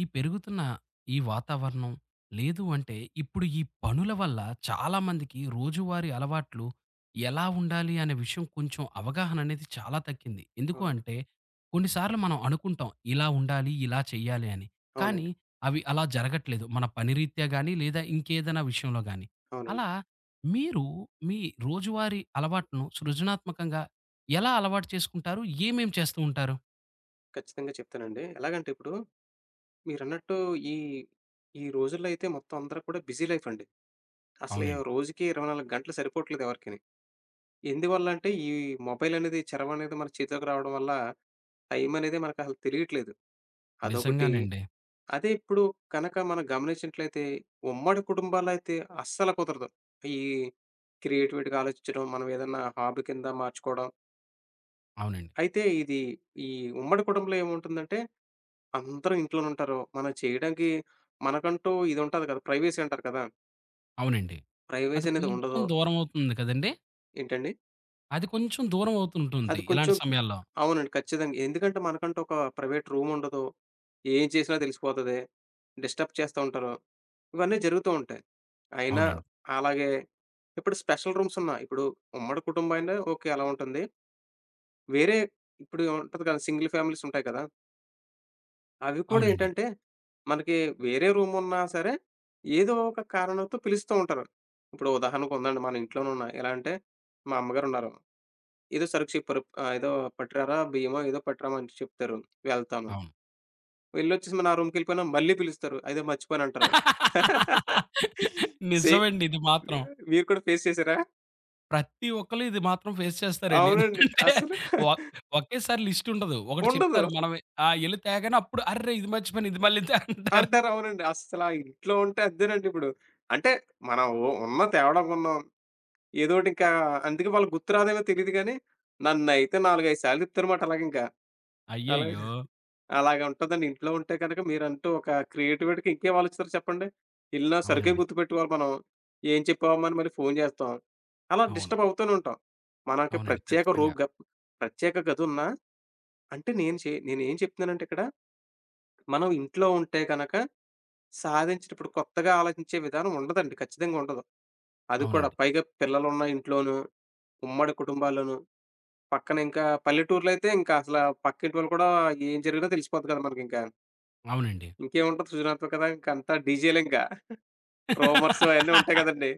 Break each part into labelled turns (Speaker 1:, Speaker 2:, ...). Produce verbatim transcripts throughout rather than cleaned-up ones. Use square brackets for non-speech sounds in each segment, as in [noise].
Speaker 1: ఈ పెరుగుతున్న ఈ వాతావరణం, లేదు అంటే ఇప్పుడు ఈ పనుల వల్ల చాలామందికి రోజువారీ అలవాట్లు ఎలా ఉండాలి అనే విషయం కొంచెం అవగాహన అనేది చాలా తగ్గింది. ఎందుకు
Speaker 2: అవునండి.
Speaker 1: అంటే కొన్నిసార్లు మనం అనుకుంటాం ఇలా ఉండాలి, ఇలా చేయాలి అని. కానీ
Speaker 2: అవునండి.
Speaker 1: అవి అలా జరగట్లేదు. మన పని రీత్యా గాని లేదా ఇంకేదైనా విషయంలో గాని.
Speaker 2: అవునండి.
Speaker 1: అలా మీరు మీ రోజువారీ అలవాటును సృజనాత్మకంగా ఎలా అలవాటు చేసుకుంటారు? ఏమేం చేస్తూ ఉంటారు?
Speaker 2: ఖచ్చితంగా చెప్తానండి. ఎలాగంటే ఇప్పుడు మీరన్నట్టు ఈ, ఈ రోజుల్లో అయితే మొత్తం అందరూ కూడా బిజీ లైఫ్ అండి. అసలు ఈ
Speaker 1: అవునండి.
Speaker 2: రోజుకి ఇరవై నాలుగు గంటలు సరిపోవట్లేదు ఎవరికిని. ఎందువల్ల అంటే ఈ మొబైల్ అనేది చరవ అనేది మన చేతిలోకి రావడం వల్ల టైం అనేది మనకు అసలు తెలియట్లేదు. అదొకటి.
Speaker 1: నిజంగానండి.
Speaker 2: అదే ఇప్పుడు కనక మనం గమనించినట్లయితే ఉమ్మడి కుటుంబాలైతే అస్సలు కుదరదు. ఈ క్రియేటివిటీగా ఆలోచించడం, మనం ఏదన్నా హాబీ కింద మార్చుకోవడం.
Speaker 1: అవునండి.
Speaker 2: అయితే ఇది ఈ ఉమ్మడి కుటుంబంలో ఏముంటుందంటే అందరూ ఇంట్లోనుంటారు. మనం చేయడానికి మనకంటూ ఇదుంటది కదా! ప్రైవసీ అంటారు కదా!
Speaker 1: అవునండి. అది
Speaker 2: ప్రైవసీ అనేది ఉండదు.
Speaker 1: కొంచెం దూరమవుతుంది కదండీ!
Speaker 2: ఏంటండి?
Speaker 1: అది కొంచెం దూరమవుతుంటుంది
Speaker 2: అది కొంచెం
Speaker 1: ఇలాంటి సమయాల్లో.
Speaker 2: అవునండి. ఖచ్చితంగా. ఎందుకంటే మనకంటూ ఒక ప్రైవేట్ రూముండదు. ఏం చేసినా తెలిసిపోతది. డిస్టర్బ్ చేస్తా ఉంటారు. ఇవన్నీ జరుగుతూ ఉంటాయి. అయినా
Speaker 1: అవునండి.
Speaker 2: అలాగే ఇప్పుడు స్పెషల్ రూమ్సున్నా ఇప్పుడు ఉమ్మడి కుటుంబం అయినా ఓకే. అలా ఉంటుంది. వేరే ఇప్పుడు ఉంటది కదా! సింగిల్ ఫ్యామిలీసుంటాయి కదా! అవి కూడా
Speaker 1: అవునండి.
Speaker 2: ఏంటంటే, మనకి వేరే రూమున్నా సరే, ఏదో ఒక కారణంతో పిలుస్తూ ఉంటారు. ఇప్పుడు ఉదాహరణకు ఉందండి మన ఇంట్లోనున్న. ఎలా అంటే, మా అమ్మగారున్నారు. ఏదో సరుకు చెప్పారు. ఆహ్, ఏదో పట్టురారా బియ్యమో ఏదో పట్టురామా అని చెప్తారు. వెళ్తాను.
Speaker 1: అవును.
Speaker 2: వెళ్ళొచ్చేసి నా రూమ్‌కెళ్ళిపోయాను మళ్ళీ పిలుస్తారు. అదే మర్చిపోయానంటారు. [laughs] సే
Speaker 1: నిజమండి ఇది మాత్రం.
Speaker 2: మీరు కూడా ఫేస్ చేసారా?
Speaker 1: ప్రతి ఒక్కళ్ళు ఇది మాత్రం ఫేస్ చేస్తారండి.
Speaker 2: అవునండి.
Speaker 1: ఎందుకంటే
Speaker 2: అసలు
Speaker 1: ఒ ఒకేసారి లిస్ట్ ఉండదు. ఒకటి
Speaker 2: ఉండదు.
Speaker 1: చెప్తారు మనం. ఆ! ఎళ్లి తేగానే అప్పుడు "అర్రె! ఇది మర్చిపోయాను ఇది మళ్ళీ తే" అంటారు.
Speaker 2: అంటారు. అవునండి. అస్సల ఇంట్లో ఉంటే అదేనండి ఇప్పుడు. అంటే మనం ఉ ఉన్న తేవడం ఉన్నాం. ఏదోటి ఇంకా అందుకే వాళ్ళకి గుర్తు రాదేమో తెలీదు గానీ, నన్నైతే నాలుగు, ఐదు సార్లు తిప్పారన్నమాట అలాగింకా.
Speaker 1: అయ్యయ్యో!
Speaker 2: అలాగే అలాగే ఉంటదండి. ఇంట్లో ఉంటే గనక మీరంటూ ఒక క్రియేటివిటీకి ఇంకేం ఆలోచిస్తారు చెప్పండి? ఎళ్ళినా సరుకే
Speaker 1: అవునండి.
Speaker 2: గుర్తుపెట్టుకోవాలి మనం. ఏం చెప్పావమ్మా అని మళ్ళీ ఫోను జేస్తాం. అలా
Speaker 1: అవును.
Speaker 2: డిస్టర్బ్ అవుతూనే ఉంటాం. మనకి
Speaker 1: అవునండి.
Speaker 2: ప్రత్యేక
Speaker 1: ఖచ్చితంగా.
Speaker 2: రూమ్ గ ప్రత్యేక గదున్నా అంటే నేను చే నేనేం చెప్తున్నానంటే ఇక్కడ, మనం ఇంట్లో ఉంటే గనక సాధించేటప్పుడు కొత్తగా ఆలోచించే విధానం ఉండదండి. ఖచ్చితంగా ఉండదు. అది కూడా
Speaker 1: అవునండి.
Speaker 2: పైగా పిల్లలున్న ఇంట్లోనూ, ఉమ్మడి కుటుంబాల్లోనూ పక్కన ఇంకా పల్లెటూర్లో అయితే ఇంకా అసల పక్కింటి వాళ్ళు కూడా ఏం జరిగినా తెలిసిపోద్ది కదా మనకింకా.
Speaker 1: అవునండి.
Speaker 2: ఇంకేముంటది సృజనాత్మకత ఇంకంతా డీజేలింకా. రూమర్స్ అయన్నీ ఉంటాయి
Speaker 1: [laughs]
Speaker 2: కదండీ.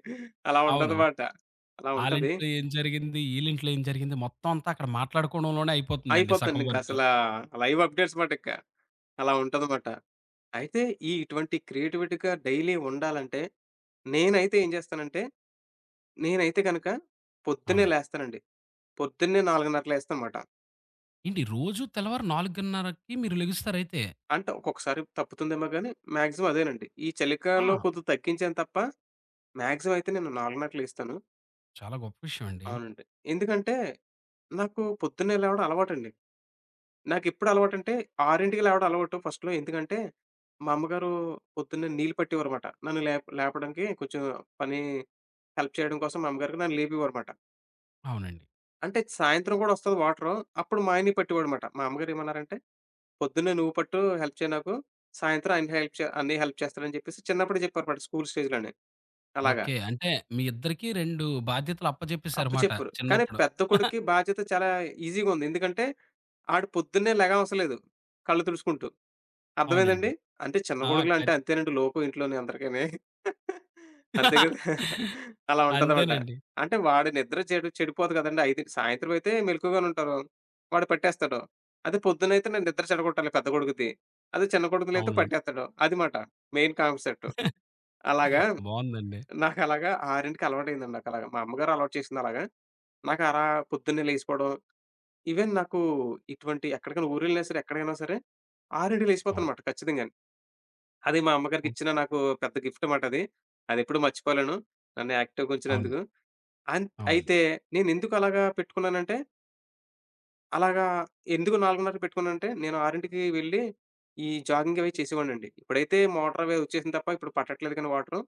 Speaker 2: అలా
Speaker 1: అవును.
Speaker 2: ఉంటదమాట. అలా ఉంటది.
Speaker 1: ఆళ్ళింట్లో ఏం జరిగింది, ఈళ్ళింట్లో ఏం జరిగింది మొత్తం అంతా అక్కడ మాట్లాడుకోవడంలోనే అయిపోతుందండి సగం
Speaker 2: అయిపోతుందింక
Speaker 1: వరకు.
Speaker 2: అసలా లైవ్ అప్‌డేట్స్ మాటింక. అలా ఉంటదమాట. అయితే ఈ ఇటువంటి క్రియేటివిటీగా డైలీ ఉండాలంటే, నేనైతే ఏం చేస్తానంటే, నేనైతే గనక పొద్దున్నే
Speaker 1: అవునండి.
Speaker 2: లేస్తానండి. పొద్దున్నే 4:30కు లేస్తానమాట.
Speaker 1: ఏంటి రోజు తెల్లవారు 4:30కి మీరు లెగుస్తారైతే?
Speaker 2: అంటే ఒక్కొక్కసారి తప్పుతుందేమో గానీ, మాక్సిమం అదేనండి. ఈ
Speaker 1: ఆ!
Speaker 2: చలికాలంలో కొద్దిగా తగ్గించాను తప్ప మాక్సిమం అయితే నేను 4:30కి లెగుస్తాను.
Speaker 1: చాలా గొప్ప విషయం అండి.
Speaker 2: అవునండి. ఎందుకంటే, నాకు పొద్దున్నే లేవడం అలవాటండి. నాకెప్పుడు అలవాటంటే, ఆరింటికి లేవడం అలవాటు ఫస్ట్‌లో. ఎందుకంటే, మా అమ్మగారు పొద్దున్నే నీళ్ళు పట్టేవారుమాట. నన్ను లేప లేపడానికి కొంచెం పని హెల్ప్ చేయడం కోసం మా అమ్మగారికి నన్ను లేపేవారుమాట.
Speaker 1: అవునండి.
Speaker 2: అంటే సాయంత్రం కూడా వస్తది వాటరు. అప్పుడు మా ఆయన్ని పట్టేవాడుమాట. మా అమ్మగారు ఏమన్నారంటే, "పొద్దున్నే నువ్వు పట్టు హెల్ప్ చేయి నాకు. సాయంత్రం ఆయన హెల్ప్ చే అన్నయ్య హెల్ప్ చేస్తాడని" చెప్పేసి చిన్నప్పుడే చెప్పారుమాట స్కూల్ స్టేజ్‌లోనే అలాగా.
Speaker 1: ఓకే. అంటే మీ ఇద్దరికీ రెండు బాధ్యతలు అప్పజెప్పేసారుమాట
Speaker 2: అప్పచెప్పరు. కానీ
Speaker 1: చిన్నప్పుడు.
Speaker 2: పెద్ద కొడుక్కి బాధ్యత చాలా ఈజీగా ఉంది. ఎందుకంటే ఆడు పొద్దున్నే లెగవసరం లేదు. కళ్ళు తుడుచుకుంటూ. అర్థమైందండి?
Speaker 1: అవునండి.
Speaker 2: అంటే చిన్న
Speaker 1: ఆ!
Speaker 2: కొడుకులు అంటే
Speaker 1: ఖచ్
Speaker 2: అంతేనండి లోకువ ఇంట్లోని అందరికని. అంతే కదా! అలా ఉంటదమాట.
Speaker 1: అంతేనండి.
Speaker 2: అంటే వాడి నిద్ర చెడు చెడిపోదు కదండీ. ఐదింటి సాయంత్రం అయితే మెలుకువగానే ఉంటారు. వాడు పట్టేస్తాడు. అదే పొద్దునైతే నేను నిద్ర చెడగొట్టాలి పెద్ద కొడుకుది. అదే చిన్న కొడుకులైతే
Speaker 1: అవునండి.
Speaker 2: పట్టేస్తాడు. అది మాట మెయిన్ కాన్సెప్ట్. అలాగా
Speaker 1: బావుందండి.
Speaker 2: నాకలాగా 6కి అలవాటయిందండి నాకలాగా. మా అమ్మగారు అలవాటు చేసిందలాగా. నాకలా పొద్దున్నే లేసిపోవడం, ఈవెన్ నాకు ఇటువంటి ఎక్కడికైనా ఊరెళ్ళినా సరే, ఎక్కడికైనా సరే ఆరింటికి
Speaker 1: అవును.
Speaker 2: లేసిపోతాననమాట ఖచ్చితంగాను. అది మా
Speaker 1: ఓహ్!
Speaker 2: అమ్మగారికిచ్చిన నాకు పెద్ద గిఫ్ట్ మాటది. అదెప్పుడూ మర్చిపోలేను. నన్ను యాక్టివ్‌గా
Speaker 1: అవును.
Speaker 2: ఉంచినందుకు. అంత్
Speaker 1: అవునండి.
Speaker 2: అయితే నేనెందుకు అలాగా పెట్టుకున్నానంటే, అలాగా ఎందుకు 4:30కి పెట్టుకున్నానంటే, నేను ఆరింటికి వెళ్ళి ఈ జాగింగ్ అవి చేసేవాడినండి. ఇప్పుడైతే మోటార్ అవి వచ్చేసింది తప్ప ఇప్పుడు పట్టట్లేదు కానీ వాటరు.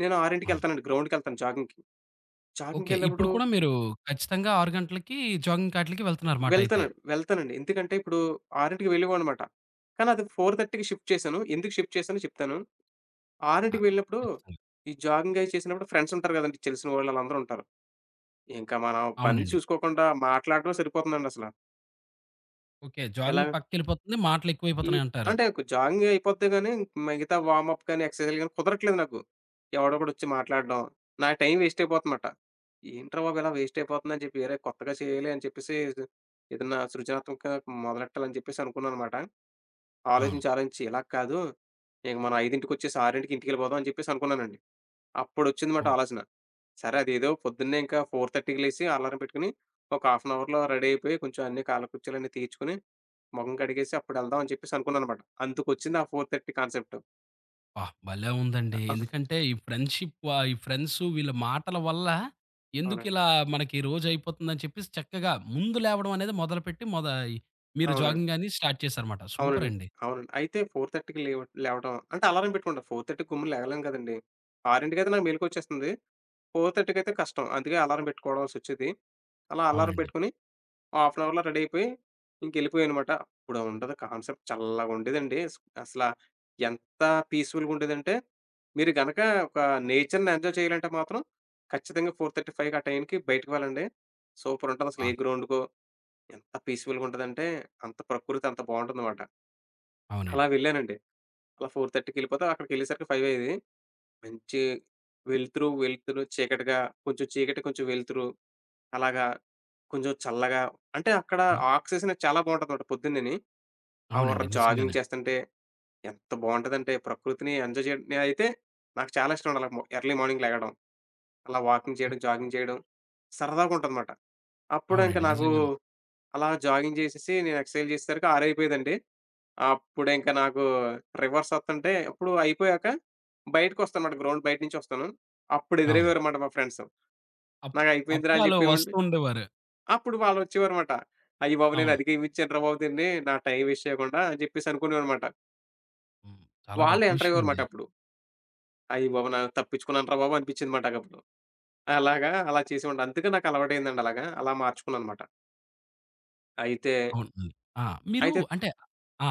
Speaker 2: నేను
Speaker 1: అవును.
Speaker 2: ఆరింటికెళ్తానండి గ్రౌండ్‌కెళ్తాను జాగింగ్‌కి.
Speaker 1: ఓకే.
Speaker 2: జాగింగ్‌కెళ్ళినప్పుడు
Speaker 1: ఇప్పుడు కూడా మీరు ఖచ్చితంగా ఆరు గంటలకి జాగింగ్‌కాట్లికి వెళ్తున్నారుమాట అయితే.
Speaker 2: వెళ్తాను. వెళ్తానండి. ఎందుకంటే ఇప్పుడు ఆరింటికి వెళ్ళేవాడినమాట. కానీ అది 4:30కి షిఫ్ట్ చేశాను. ఎందుకు షిఫ్ట్ చేశానో చెప్తాను.
Speaker 1: ఆ!
Speaker 2: ఆరింటికి వెళ్ళినప్పుడు
Speaker 1: ఖచ్చితంగా.
Speaker 2: ఈ జాగింగ్ అయి చేసినప్పుడు ఫ్రెండ్స్ ఉంటారు గదండీ! తెలిసిన వాళ్ళు ఆళ్ళందరూ ఉంటారు. ఇంకా మనం పని
Speaker 1: అవునండి.
Speaker 2: చూసుకోకుండా మాట్లాడటమే సరిపోతుందండసల.
Speaker 1: ఓకే.
Speaker 2: ఎలా
Speaker 1: జాగింగ్ పక్కకెళ్ళిపోతుంది.
Speaker 2: ఈ
Speaker 1: మాటలెక్కువైపోతున్నాయంటారు.
Speaker 2: అంటే జాగింగ్ అయిపోద్ది గానీ, మిగతా వార్మప్ గానీ, ఎక్సర్‌సైజ్‌లు గానీ కుదరట్లేదు నాకు. ఎవడోకడొచ్చి మాట్లాడడం. నా టైం వేస్ట్ అయిపోతుందమాట. ఏంట్రా బాబు! ఇలా వేస్ట్ అయిపోతుందని చెప్పి వేరే కొత్తగా చేయాలి అని చెప్పేసి ఏదన్నా సృజనాత్మకంగా మొదలెట్టాలని చెప్పేసి అనుకున్నాననమాట.
Speaker 1: అవును.
Speaker 2: ఆలోచించి, ఆలోచించి ఇలా కాదు. ఇక మనం 5:00కొచ్చేసి 6:00కి ఇంటికెళ్ళిపోదాం అని చెప్పేసి అనుకున్నానండి. అప్పుడొచ్చింది మాట
Speaker 1: ఓ,
Speaker 2: ఆలోచన. సరే అదేదో పొద్దున్నే ఇంకా 4:30కి లేసి అలారం పెట్టుకొని, ఒక హాఫ్ అన్ అవర్‌లో రెడీ అయిపోయి, కొంచెం అన్ని కాళ్ళ కుర్చీలన్నీ తీయించుకొని, మొఖం కడిగేసి అప్పుడెళ్దాం అని చెప్పేసి అనుకున్నాననమాట. అందుకొచ్చింది ఆ నాలుగున్నర కాన్సెప్ట్.
Speaker 1: అబ్బా! భలే ఉందండి.
Speaker 2: అవునండి.
Speaker 1: ఎందుకంటే ఈ ఫ్రెండ్‌షిప్ ఆహ్, ఈ ఫ్రెండ్సు వీళ్ళ మాటల వల్ల ఎందుకిలా మనకి రోజయిపోతుందని చెప్పేసి చక్కగా ముందు లేవడం అనేది మొదలుపెట్టి మొద మీరు
Speaker 2: అవునండి.
Speaker 1: జాగింగ్ అని స్టార్ట్ చేశారన్నమాట.
Speaker 2: అవునండి.
Speaker 1: సూపరండి.
Speaker 2: అవునండి. అయితే 4:30కి లేవ లేవడం అంటే అలారం పెట్టుకుంటా. 4:30కి గమ్మున లెగలేను కదండీ! 6:00కి అయితే నాకు మెలుకువొచ్చేస్తుంది. 4:30కి అయితే కష్టం. అందుకే అలారం పెట్టుకోవాల్సొచ్చేది. అలా అలారం
Speaker 1: అవునండి.
Speaker 2: పెట్టుకొని హాఫ్ అన్ అవర్‌లో రెడీ అయిపోయి ఇంకెళ్ళిపోయానమాట. అప్పుడు ఉండదు కాన్సెప్ట్ చల్లగుండేదండి. స్ అసల ఎంత పీస్‌ఫుల్‌గుండేదంటే, మీరు గనక ఒక నేచర్‌ని ఎంజాయ్ చేయాలంటే మాత్రం ఖచ్చితంగా 4:35కి ఆ టైంకి బయటికి వెళ్ళండి. సూపరుంటదసలు
Speaker 1: ఆ!
Speaker 2: ఏ గ్రౌండ్‌కో ఎంత పీస్‌ఫుల్‌గుంటదంటే అంత ప్రకృతి అంత బావుంటుందన్నమాట. అలా
Speaker 1: అవునండి.
Speaker 2: వెళ్ళానండి. అలా 4:30కి ఎళ్ళిపోతే అక్కడికెళ్ళేసరికి ఐదు అయ్యేది. మంచి వెలుతురు, వెలుతురు చీకటిగా కొంచెం చీకటి కొంచెం వెలుతురు అలాగా కొంచెం చల్లగా అంటే అక్కడ
Speaker 1: హ్మ్.
Speaker 2: ఆక్సిజన్ చాలా బావుంటదమాట పొద్దున్నేని. ఆ వర్ర
Speaker 1: అవునండి.
Speaker 2: జాగింగ్
Speaker 1: నిజంగానే.
Speaker 2: చేస్తంటే ఎంత బావుంటదంటే ప్రకృతిని ఎంజాయ్ చేయడం నేనైతే నాకు చాలా ఇష్టం అలా మొ ఎర్లీ మార్నింగ్ లెగడం. అలా వాకింగ్
Speaker 1: హ్మ్.
Speaker 2: చేయడం, జాగింగ్ చేయడం సరదాగా ఉంటదమాట. అప్పుడు ఇంక
Speaker 1: అవునండి.
Speaker 2: నాకు
Speaker 1: నిజంగానే.
Speaker 2: అలా జాగింగ్ చేసేసి నేను ఎక్సర్‌సైజ్ చేసేసరికి ఆరు అయిపోయేదండి. అప్పుడు ఇంక నాకు రివర్స్ ఒత్తంటే అప్పుడు అయిపోయాక బయటకొస్తానమాట గ్రౌండ్ బయట నుంచొస్తాను. అప్పుడు
Speaker 1: అవును.
Speaker 2: ఎదురయ్యేవారమాట మా ఫ్రెండ్స్.
Speaker 1: అప్
Speaker 2: "నాకు అయిపోయిందిరా" అని
Speaker 1: అప్పుడలా
Speaker 2: చెప్పేవాడిని.
Speaker 1: వస్తూ ఉండేవారు.
Speaker 2: అప్పుడు వాళ్ళొచ్చేవారమాట. "అయ్య బాబోయ్! నేను
Speaker 1: అవును.
Speaker 2: అధిక ఇమిచ్చానురా బాబు దీన్ని. నా టైం వేస్ట్ చేయకుండా" అని చెప్పేసి అనుకునేవాడినమాట.
Speaker 1: హ్మ్. చాలా
Speaker 2: వాళ్ళే
Speaker 1: గొప్ప
Speaker 2: ఎంటర్ అయ్యేవారుమాట
Speaker 1: విషయమండి.
Speaker 2: అప్పుడు. అయ్య బాబోయ్! నా తప్పించుకున్నానురా బాబు అనిపించిందిమాట నాకప్పుడు. అలాగా అలా చేసేవాడిని. అందుకే నాకు అలవాటయిందండి అలాగా. అలా మార్చుకున్నానమాట. అయితే,
Speaker 1: అవునండి. ఆ! మీరు
Speaker 2: అయితే
Speaker 1: అంటే ఆ!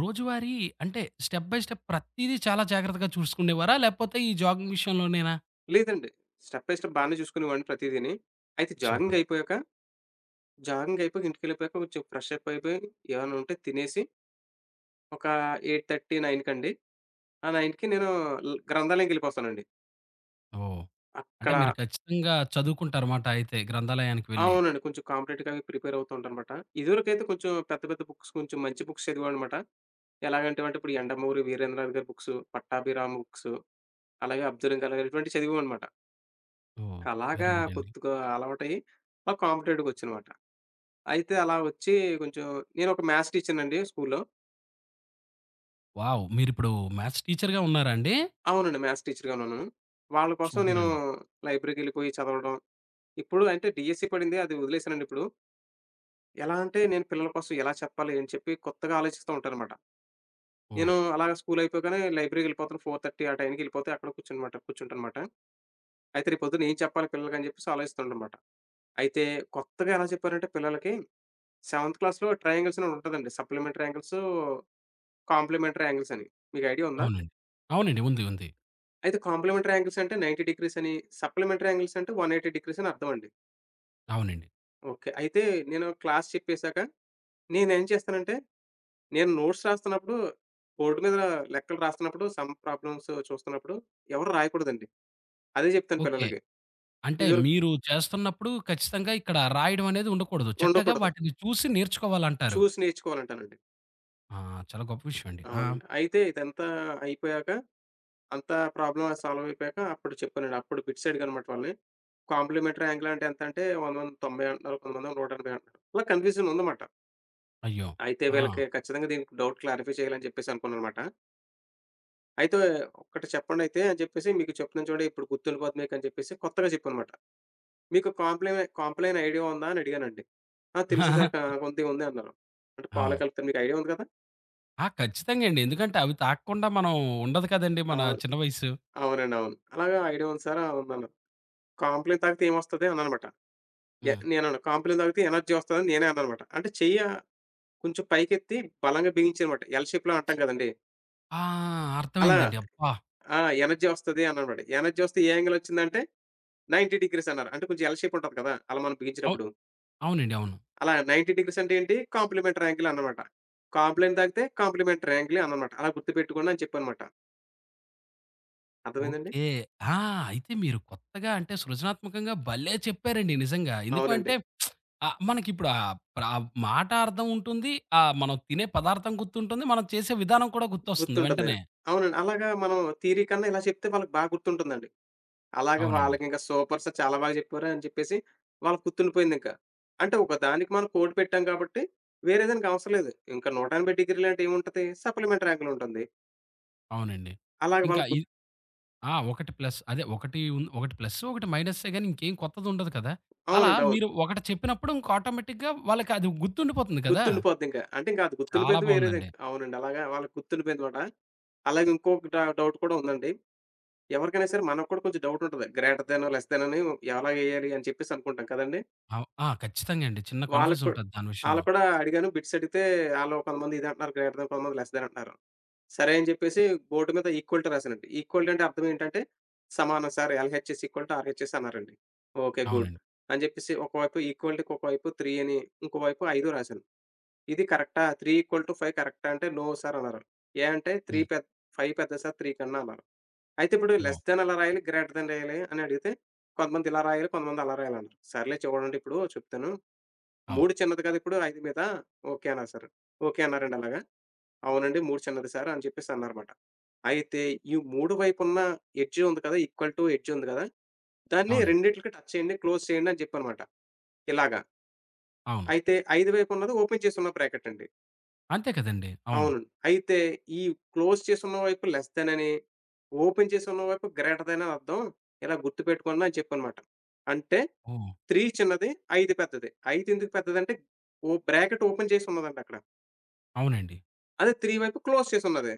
Speaker 1: రోజువారీ అంటే స్టెప్ బై స్టెప్ ప్రతీదీ చాలా జాగ్రత్తగా చూసుకునేవారా? లేపోతే ఈ జాగింగ్ విషయంలోనేనా?
Speaker 2: లేదండి. స్టెప్ బై స్టెప్ బానే చూసుకునేవాడిని ప్రతీదీని. అయితే జాగింగ్
Speaker 1: సూపర్.
Speaker 2: అయిపోయాక, జాగింగ్ అయిపోయాక ఇంటికెళ్ళిపోయాక కొంచెం ఫ్రెష్ అప్ అయిపోయి ఏమన్నా ఉంటే తినేసి ఒక ఎనిమిదిన్నర, తొమ్మిది కండి. ఆ తొమ్మిదింటికి నేను ల్ గ్రంథాలయంకెళ్ళిపోతానండి.
Speaker 1: ఓహ్! అంటే
Speaker 2: అక్కడ
Speaker 1: మీరు ఖచ్చితంగా చదువుకుంటారమాట అయితే గ్రంథాలయానికి వెళ్లి.
Speaker 2: అవునండి. కొంచెం కాంపిటేటివ్‌గా ప్రిపేర్ అవుతూ ఉంటానమాట. ఇదివరకైతే కొంచెం పెద్ద పెద్ద బుక్స్ కొంచెం మంచి బుక్స్ చదివామనమాట. ఎలాగంటేవంటే ఇప్పుడు 'యండమూరి వీరేంద్రనాథ్' గారి బుక్స్, 'పట్టాభిరామ' బుక్స్, అలాగే 'అబ్దుల్ కలాం' గారి ఇటువంటివి చదివామనమాట.
Speaker 1: ఓహ్!
Speaker 2: అలాగా
Speaker 1: వెరీ గుడ్ అండి.
Speaker 2: కొద్దిగా అలవాటయ్యి అలా కాంపిటేటివ్‌గొచ్చానమాట. అయితే అలా వచ్చి కొంచెం నేనొక మ్యాథ్స్ టీచర్‌నండి స్కూల్‌లో.
Speaker 1: వావ్! మీరిప్పుడు మ్యాథ్స్ టీచర్‌గా ఉన్నారా అండి?
Speaker 2: అవునండి. మ్యాథ్స్ టీచర్‌గానే ఉన్నాను. వాళ్ళ కోసం
Speaker 1: సూపర్
Speaker 2: నేను
Speaker 1: అండి.
Speaker 2: లైబ్రరీకెళ్ళిపోయి చదవడం. ఇప్పుడు అంటే డీఎస్సీ పడింది అది వదిలేసానండి ఇప్పుడు. ఎలా అంటే నేను పిల్లల కోసం ఎలా చెప్పాలి అని చెప్పి కొత్తగా ఆలోచిస్తూ ఉంటానమాట. నేను
Speaker 1: ఓహ్!
Speaker 2: అలాగా స్కూల్ అయిపోగానే లైబ్రరీకెళ్ళిపోతాను. నాలుగున్నర ఆ టైంకి ఎళ్ళిపోతే అక్కడ కూర్చునమాట కూర్చుంటానమాట. అయితే రేపు పొద్దున్న ఏం చెప్పాలి పిల్లలకని చెప్పేసి ఆలోచిస్తుంటానమాట. అయితే కొత్తగా ఎలా చెప్పారంటే పిల్లలకి సెవెంత్ క్లాస్‌లో ట్రయాంగిల్స్ అని ఒకటుంటదండి. సప్లిమెంటరీ యాంగిల్స్, కాంప్లిమెంటరీ యాంగిల్స్ అని. మీకు ఐడియా ఉందా?
Speaker 1: అవునండి. అవునండి. ఉంది. ఉంది.
Speaker 2: అయితే కాంప్లిమెంటరీ యాంగిల్స్ అంటే తొంభై డిగ్రీస్ అని, సప్లిమెంటరీ యాంగిల్స్ అంటే నూట ఎనభై డిగ్రీస్ అని అర్థం అండి.
Speaker 1: అవునండి.
Speaker 2: ఓకే. అయితే నేను క్లాస్ చెప్పేసాక నేనేం చేస్తానంటే నేను నోట్స్ రాస్తున్నప్పుడు బోర్డ్ మీద లెక్కలు రాస్తున్నప్పుడు సమ్ ప్రాబ్లమ్స్ చూస్తున్నప్పుడు ఎవరు రాయకూడదండి. అదే చెప్తాను
Speaker 1: ఓకే.
Speaker 2: పిల్లలకి.
Speaker 1: అంటే
Speaker 2: ఇదివరకు
Speaker 1: మీరు చేస్తున్నప్పుడు ఖచ్చితంగా ఇక్కడ రాయడం అనేది ఉండకూడదు. చక్కగా
Speaker 2: ఉండకూడదు.
Speaker 1: వాటిని చూసి నేర్చుకోవాలంటారు.
Speaker 2: చూసి నేర్చుకోవాలంటానండి.
Speaker 1: ఆ! చాలా గొప్ప విషయం అండి. ఆ!
Speaker 2: అవునండి. అయితే ఇదంతా అయిపోయాక, అంతా ప్రాబ్లమ్ సాల్వ్ అయిపోయాక అప్పుడు చెప్పానండి. అప్పుడు బిట్ సైడ్‌గా అనమాట వాళ్ళని. కాంప్లిమెంటరీ యాంగిల్ అంటే ఎంతంటే, కొంతమంది తొంభై అంటున్నారు. కొంతమందేమో నూట ఎనభై అంటున్నారు. అలా కన్‌ఫ్యూజన్ ఉందమాట.
Speaker 1: అయ్యో!
Speaker 2: అయితే
Speaker 1: ఆ!
Speaker 2: వీళ్ళకి ఖచ్చితంగా దీనికి డౌట్ క్లారిఫై చేయాలని చెప్పేసి అనుకున్నాననమాట. అయితే "ఒక్కటి చెప్పండయితే" అని చెప్పేసి, "మీకు చెప్తున్నాను చూడండి ఇప్పుడు గుర్తుండిపోతుంది మీకు" అని చెప్పేసి కొత్తగా చెప్పానమాట. "మీకు కాంప్లెమె కాంప్లెయిన్ ఐడియా ఉందా?" అని అడిగానండి. "ఆ! తెలుసు సార్. క
Speaker 1: [laughs]
Speaker 2: ఉంది ఉంది" అన్నారు. అంటే పాలు
Speaker 1: అవును.
Speaker 2: కలుపుతారు. "మీకు ఐడియా ఉంది కదా!"
Speaker 1: ఆ! ఖచ్చితంగా అండి. ఎందుకంటే అవి తాకకుండా మనం ఉండదు కదండీ మన
Speaker 2: అవును.
Speaker 1: చిన్న వయసు.
Speaker 2: అవునండి. అవును. అలాగా ఐడియా ఉంది సార్ ఆహ్, అన్నాను. కాంప్లెయిన్ తాగితే ఏమొస్తది అన్నానమాట. ఎ
Speaker 1: హ్మ్.
Speaker 2: నేనన్నా కాంప్లెయిన్ తాగితే ఎనర్జీ వస్తదని నేనే అన్నానమాట. అంటే చెయ్య కొంచెం పైకెత్తి బలంగా బిగించానమాట. ఎల్ షేప్‌లో అంటాం కదండీ!
Speaker 1: ఆ!
Speaker 2: అలా
Speaker 1: అర్థమైందండి. అబ్బా!
Speaker 2: ఆ! ఎనర్జీ వస్తది అన్నానమాట. ఎనర్జీ వస్తే ఏ యాంగిల్ వచ్చిందంటే తొంభై డిగ్రీస్ అన్నారు. అంటే కొంచెం ఎల్ షేప్ ఉంటది కదా! అలా మనం
Speaker 1: అవు
Speaker 2: బిగించినప్పుడు.
Speaker 1: అవునండి. అవును.
Speaker 2: అలా తొంభై డిగ్రీస్ అంటే ఏంటి? కాంప్లిమెంటరీ యాంగిల్ అన్నమాట. కాంప్లెయిన్ తాగితే కాంప్లిమెంటరీ యాంగిలే అన్నానమాట. అలా గుర్తుపెట్టుకోండి అని చెప్పానమాట. అర్థమైందండి?
Speaker 1: ఓకే. ఆ! అయితే మీరు కొత్తగా అంటే సృజనాత్మకంగా భలే చెప్పారండి నిజంగా. ఎందుకు
Speaker 2: అవునండి.
Speaker 1: అంటే ఆహ్, మనకిప్పుడు ఆహ్, ప్ర మాట అర్థం ఉంటుంది. ఆహ్, మనం తినే పదార్థం గుర్తుంటుంది. మనం చేసే విధానం కూడా గుర్తొస్తుంది
Speaker 2: గుర్తుంటుంది.
Speaker 1: వెంటనే.
Speaker 2: అవునండి. అలాగా మనం థియరీ కన్నా ఇలా చెప్తే వాళ్ళకి బాగా గుర్తుంటుందండి. అలాగా
Speaker 1: అవునండి.
Speaker 2: వాళ్ళకింకా సూపర్ సార్ చాలా బాగా చెప్పారు అని చెప్పేసి వాళ్ళకి గుర్తుండిపోయిందింకా. అంటే ఒక దానికి మనం కోడ్ పెట్టాం కాబట్టి వేరే దానికి అవసరం లేదు. ఇంకా నూట ఎనభై డిగ్రీలంటే ఏముంటది? సప్లిమెంటరీ యాంగిలుంటుంది.
Speaker 1: అవునండి.
Speaker 2: అలాగే
Speaker 1: ఇంకా
Speaker 2: వాళ్ళకి
Speaker 1: ఇ
Speaker 2: గుర్తు
Speaker 1: ఆ! ఒకటి ప్లస్ అదే ఒకటి ఉన్ ఒకటి ప్లస్సు, ఒకటి మైనస్సే గాని ఇంకేం కొత్తదుండదు కదా! అలా
Speaker 2: అవునండి. అవును.
Speaker 1: మీరు ఒకటి చెప్పినప్పుడు ఇంక ఆటోమేటిక్‌గా వాళ్ళకది గుర్తుండిపోతుంది కదా!
Speaker 2: గుర్తుండిపోద్దింకా. అంటే ఇంకా అది
Speaker 1: చాలా
Speaker 2: గుర్తుండిపోయింది వేరేది.
Speaker 1: బావుందండి.
Speaker 2: అవునండి. అలాగా వాళ్ళకి గుర్తుండిపోయిందమాట. అలాగే ఇంకొక డ డౌట్ కూడా ఉందండి. ఎవరికైనా సరే మనకు కూడా కొంచెం డౌటుంటది. గ్రేటర్ దెనో, లెస్ దెన్ అని ఎలా ఎయ్యాలి అని చెప్పేసి అనుకుంటాం కదండీ!
Speaker 1: అవ్ ఆ! ఖచ్చితంగా అండి. చిన్న
Speaker 2: వాళ్ళకి కూడా
Speaker 1: కన్‌ఫ్యూజుంటది దాని
Speaker 2: ఆళ్ళని
Speaker 1: విషయంలో.
Speaker 2: కూడా అడిగాను. బిట్స్ అడిగితే ఆళ్ళు కొంతమంది ఇదంటున్నారు, గ్రేటర్ దాన్, కొంతమంది లెస్ దాన్ అంటున్నారు. సరే అని చెప్పేసి బోర్డ్ మీద ఈక్వల్ టు రాసానండి. ఈక్వల్ టు అంటే అర్థం ఏంటంటే, సమానం sir LHS equal to RHS అన్నారండి. ఓకే. గుడ్.
Speaker 1: అవునండి.
Speaker 2: అని చెప్పేసి ఒకవైపు ఈక్వాలిటీకి ఒకవైపు మూడు అని, ఇంకోవైపు ఐదు రాసాను. ఇది కరెక్టా? మూడు ఐదు కరెక్టా? అంటే నో సార్ అన్నారు. ఏ అంటే మూడు
Speaker 1: హ్మ్.
Speaker 2: పెద్ ఐదు పెద్దది సార్ మూడు కన్నా అన్నారు. అయితే ఇప్పుడు
Speaker 1: ఓహ్!
Speaker 2: లెస్ దాన్ ఎలా రాయాలి? గ్రేటర్ దాన్ రాయాలి? అని అడిగితే కొంతమంది ఇలా రాయాలి, కొంతమంది అలా రాయాలన్నారు. సర్లే చూడండి ఇప్పుడు చెప్తాను.
Speaker 1: అవును.
Speaker 2: మూడు చిన్నది కదా ఇప్పుడు ఐదు మీద ఓకే అన్నారు సారు. ఓకే అన్నారండి అలాగా. అవునండి మూడు చిన్నది సారు అని చెప్పేసి అన్నారమాట. అయితే ఈ మూడు వైపున్న ఎడ్జ్ ఉంది కదా! ఈక్వల్ టు ఎడ్జ్ ఉంది కదా! దాన్ని
Speaker 1: అవునండి.
Speaker 2: రెండిట్లికి టచ్ చేయండి, క్లోజ్ చేయండి అని చెప్పనమాట. ఇలాగా.
Speaker 1: అవును.
Speaker 2: అయితే ఐదు వైపు ఉన్నది ఓపెన్ చేసున్న బ్రాకెట్ అండి.
Speaker 1: అంతే కదండీ! అవును.
Speaker 2: అవునండి. అయితే ఈ క్లోజ్ చేసున్న వైపు లెస్ థాన్ అని, ఓపెన్ చేసున్న వైపు గ్రేటర్ థాన్ అని అర్థం. ఇలా గుర్తుపెట్టుకోండి అని చెప్పనమాట. అంటే
Speaker 1: ఓహ్!
Speaker 2: మూడు చిన్నది, ఐదు పెద్దది. ఐదు ఎందుకు పెద్దదంటే ఓ బ్రాకెట్ ఓపెన్ చేసి ఉన్నదండి అక్కడ.
Speaker 1: అవునండి.
Speaker 2: అదే మూడు వైపు క్లోజ్ చేసున్నది.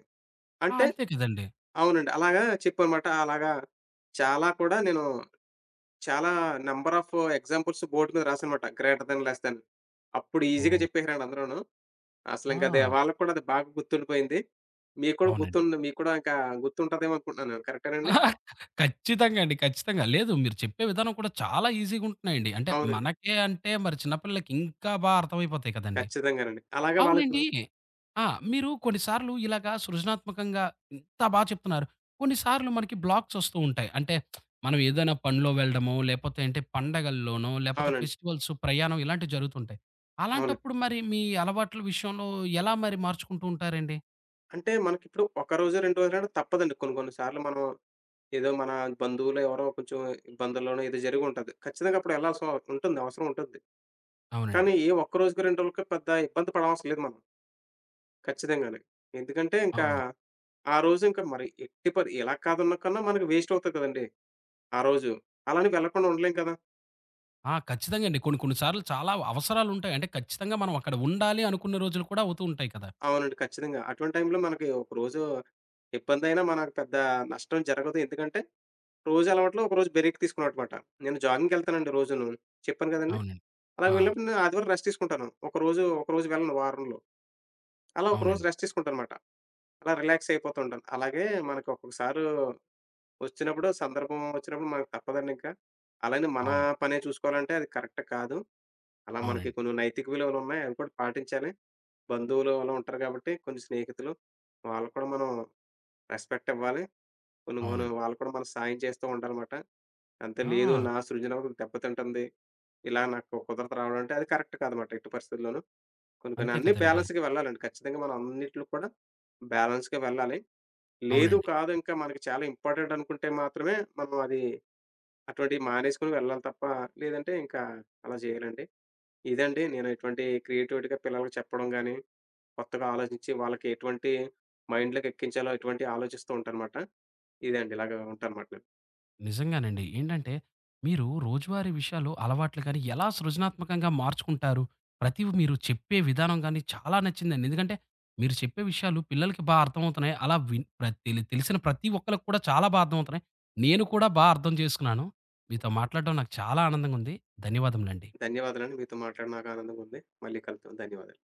Speaker 1: ఆ!
Speaker 2: అంటే
Speaker 1: అంతే కదండీ!
Speaker 2: అవునండి. అలాగా చెప్పనమాట. అలాగా చాలా కూడా నేను చాలా నంబర్ ఆఫ్ ఎగ్జాంపుల్స్ బోర్డ్ మీద రాసానమాట. Greater than, less than. అప్పుడు ఈజీగా
Speaker 1: ఓహ్!
Speaker 2: చెప్పేసారండి అందరూను. అసలింక అది
Speaker 1: ఆ!
Speaker 2: వాళ్ళకి కూడా అది బాగా గుర్తుండిపోయింది. మీకు కూడా
Speaker 1: అవునండి.
Speaker 2: గుర్తుండి మీకు కూడా ఇంకా గుర్తుంటదేమో అనుకుంటున్నాను. కరెక్టేనండి?
Speaker 1: [laughs] ఖచ్చితంగా అండి. ఖచ్చితంగా. లేదు మీరు చెప్పే విధానం కూడా చాలా ఈజీగుంటున్నాయండి. అంటే
Speaker 2: అవునండి.
Speaker 1: మనకే అంటే మరి చిన్నపిల్లలకి ఇంకా బా అర్థమైపోతాయి కదండీ!
Speaker 2: ఖచ్చితంగానండి. అలాగే వాళ్ళకు
Speaker 1: అవునండి. ఆ! మీరు కొన్ని సార్లు ఇలాగా సృజనాత్మకంగా ఇంత బా చెప్తున్నారు. కొన్ని సార్లు మనకి బ్లాక్స్ ఒస్తూ ఉంటాయి. అంటే మనం ఏదైనా పనిలో వెళ్ళడమో, లేపోతే అంటే పండగల్లోనో, లేపోతే
Speaker 2: అవునండి.
Speaker 1: ఫెస్టివల్స్, ప్రయాణం ఇలాంటివి జరుగుతుంటాయి.
Speaker 2: అవును.
Speaker 1: అలాంటప్పుడు మరి మీ అలవాట్ల విషయంలో ఎలా మరి మార్చుకుంటూ ఉంటారండి?
Speaker 2: అంటే మనకిప్పుడు ఒక రోజు, రెండు రోజులైనా తప్పదండి. కొన్ని కొన్ని సార్లు మనం ఏదో మన బంధువులు ఎవరో కొంచెం ఇబ్బందుల్లోనో ఏదో జరిగుంటది. ఖచ్చితంగా అప్పుడెళ్ళాల్సిన ఉంటుంది. అవసరం ఉంటుంది.
Speaker 1: అవునండి.
Speaker 2: కానీ ఏ ఒక్క రోజుకి, రెండు రోజులకి పెద్ద ఇబ్బంది పడవసరం లేదు మనం. ఖచ్చితంగానే. ఎందుకంటే ఇంకా
Speaker 1: అవును.
Speaker 2: ఆ రోజు ఇంకా మరి ఎట్టి పరి ఎలా కాదన్నా కన్నా మనకి వేస్ట్ అవుతది కదండీ ఆ రోజు. అలాని వెళ్ళకుండా ఉండలేం కదా!
Speaker 1: ఆ! ఖచ్చితంగా అండి. కొన్ని కొన్ని సార్లు చాలా అవసరాలుంటాయి. అంటే ఖచ్చితంగా మనం అక్కడ ఉండాలి అనుకున్న రోజులు కూడా అవుతూ ఉంటాయి కదా!
Speaker 2: అవునండి. ఖచ్చితంగా. అటువంటి టైంలో మనకి ఒక రోజు ఇబ్బందైనా మనకు పెద్ద నష్టం జరగదు. ఎందుకంటే రోజు అలవాట్లో ఒకరోజు బ్రేక్ తీసుకున్నమాట. నేను జాగింగ్‌కెళ్తానండి రోజును. చెప్పాను కదండీ!
Speaker 1: అవునండి.
Speaker 2: అలా
Speaker 1: ఆ!
Speaker 2: వెళ్ళినప్పుడు నేను ఆదివారం రెస్ట్ తీసుకుంటాను. ఒకరోజు, ఒకరోజు వెళ్ళను వారంలో. అలా ఒక రోజు
Speaker 1: అవునండి.
Speaker 2: రెస్ట్ తీసుకుంటానమాట. అలా రిలాక్స్ అయిపోతుంటాను. అలాగే మనకు ఒక్కొక్కసారు వచ్చినప్పుడు సందర్భం వచ్చినప్పుడు మనకు తప్పదండింక. అలానే మన
Speaker 1: అవును.
Speaker 2: పనే చూసుకోవాలంటే అది కరెక్ట్ కాదు. అలా మనకి
Speaker 1: అవునండి.
Speaker 2: కొన్ని నైతిక విలువలున్నాయి. అవి కూడా పాటించాలి. బంధువులు అలా ఉంటారు కాబట్టి కొన్ని స్నేహితులు. వాళ్ళకి కూడా మనం రెస్పెక్ట్ ఇవ్వాలి. కొన్ని మనం
Speaker 1: అవునండి.
Speaker 2: వాళ్ళకి కూడా మనం సాయం చేస్తూ ఉండాలమాట. అంతే లేదు
Speaker 1: ఆ!
Speaker 2: నా సృజనాత్మకత దెబ్బతింటుంది. ఇలా నాకు కుదరదు రావడం అంటే అది కరెక్ట్ కాదన్నమాట ఎట్టి పరిస్థితుల్లోనూ. కొన్ని కొన్ని
Speaker 1: అంతే
Speaker 2: అన్నీ
Speaker 1: కదండీ!
Speaker 2: బ్యాలెన్స్‌గా వెళ్ళాలండి. ఖచ్చితంగా మనం అన్నిట్లో కూడా బ్యాలెన్స్‌గా వెళ్ళాలి. లేదు,
Speaker 1: అవునండి.
Speaker 2: కాదు ఇంకా మనకి చాలా ఇంపార్టెంట్ అనుకుంటే మాత్రమే మనం అది అటువంటివి మానేసుకొని వెళ్ళాలి తప్ప, లేదంటే ఇంకా అలా చేయాలండి. ఇదండి నేను ఎటువంటి క్రియేటివిటీగా పిల్లలకి చెప్పడం గాని, కొత్తగా ఆలోచించి వాళ్ళకి ఎటువంటి మైండ్‌లోకి ఎక్కించాలో ఎటువంటివి ఆలోచిస్తూ ఉంటానమాట. ఇదే అండి ఇలాగ ఉంటానమాట నేను.
Speaker 1: నిజంగానండి. ఏంటంటే, మీరు రోజువారీ విషయాలు, అలవాట్లు గాని, ఎలా సృజనాత్మకంగా మార్చుకుంటారు? ప్రతివి మీరు చెప్పే విధానం గాని చాలా నచ్చిందండి. ఎందుకంటే, మీరు చెప్పే విషయాలు పిల్లలకి బా అర్థమవుతున్నాయి. అలా విన్ ప్ర తెలి తెలిసిన ప్రతి ఒక్కళ్ళకి కూడా చాలా బా అర్థమవుతున్నాయి. నేను కూడా బా అర్థం చేసుకున్నాను. మీతో మాట్లాడడం నాకు చాలా ఆనందంగా ఉంది. ధన్యవాదములండి.
Speaker 2: ధన్యవాదాలండి. మీతో మాట్లాడి నాకు ఆనందంగా ఉంది. మళ్ళీ కలుద్దాం. ధన్యవాదాలు.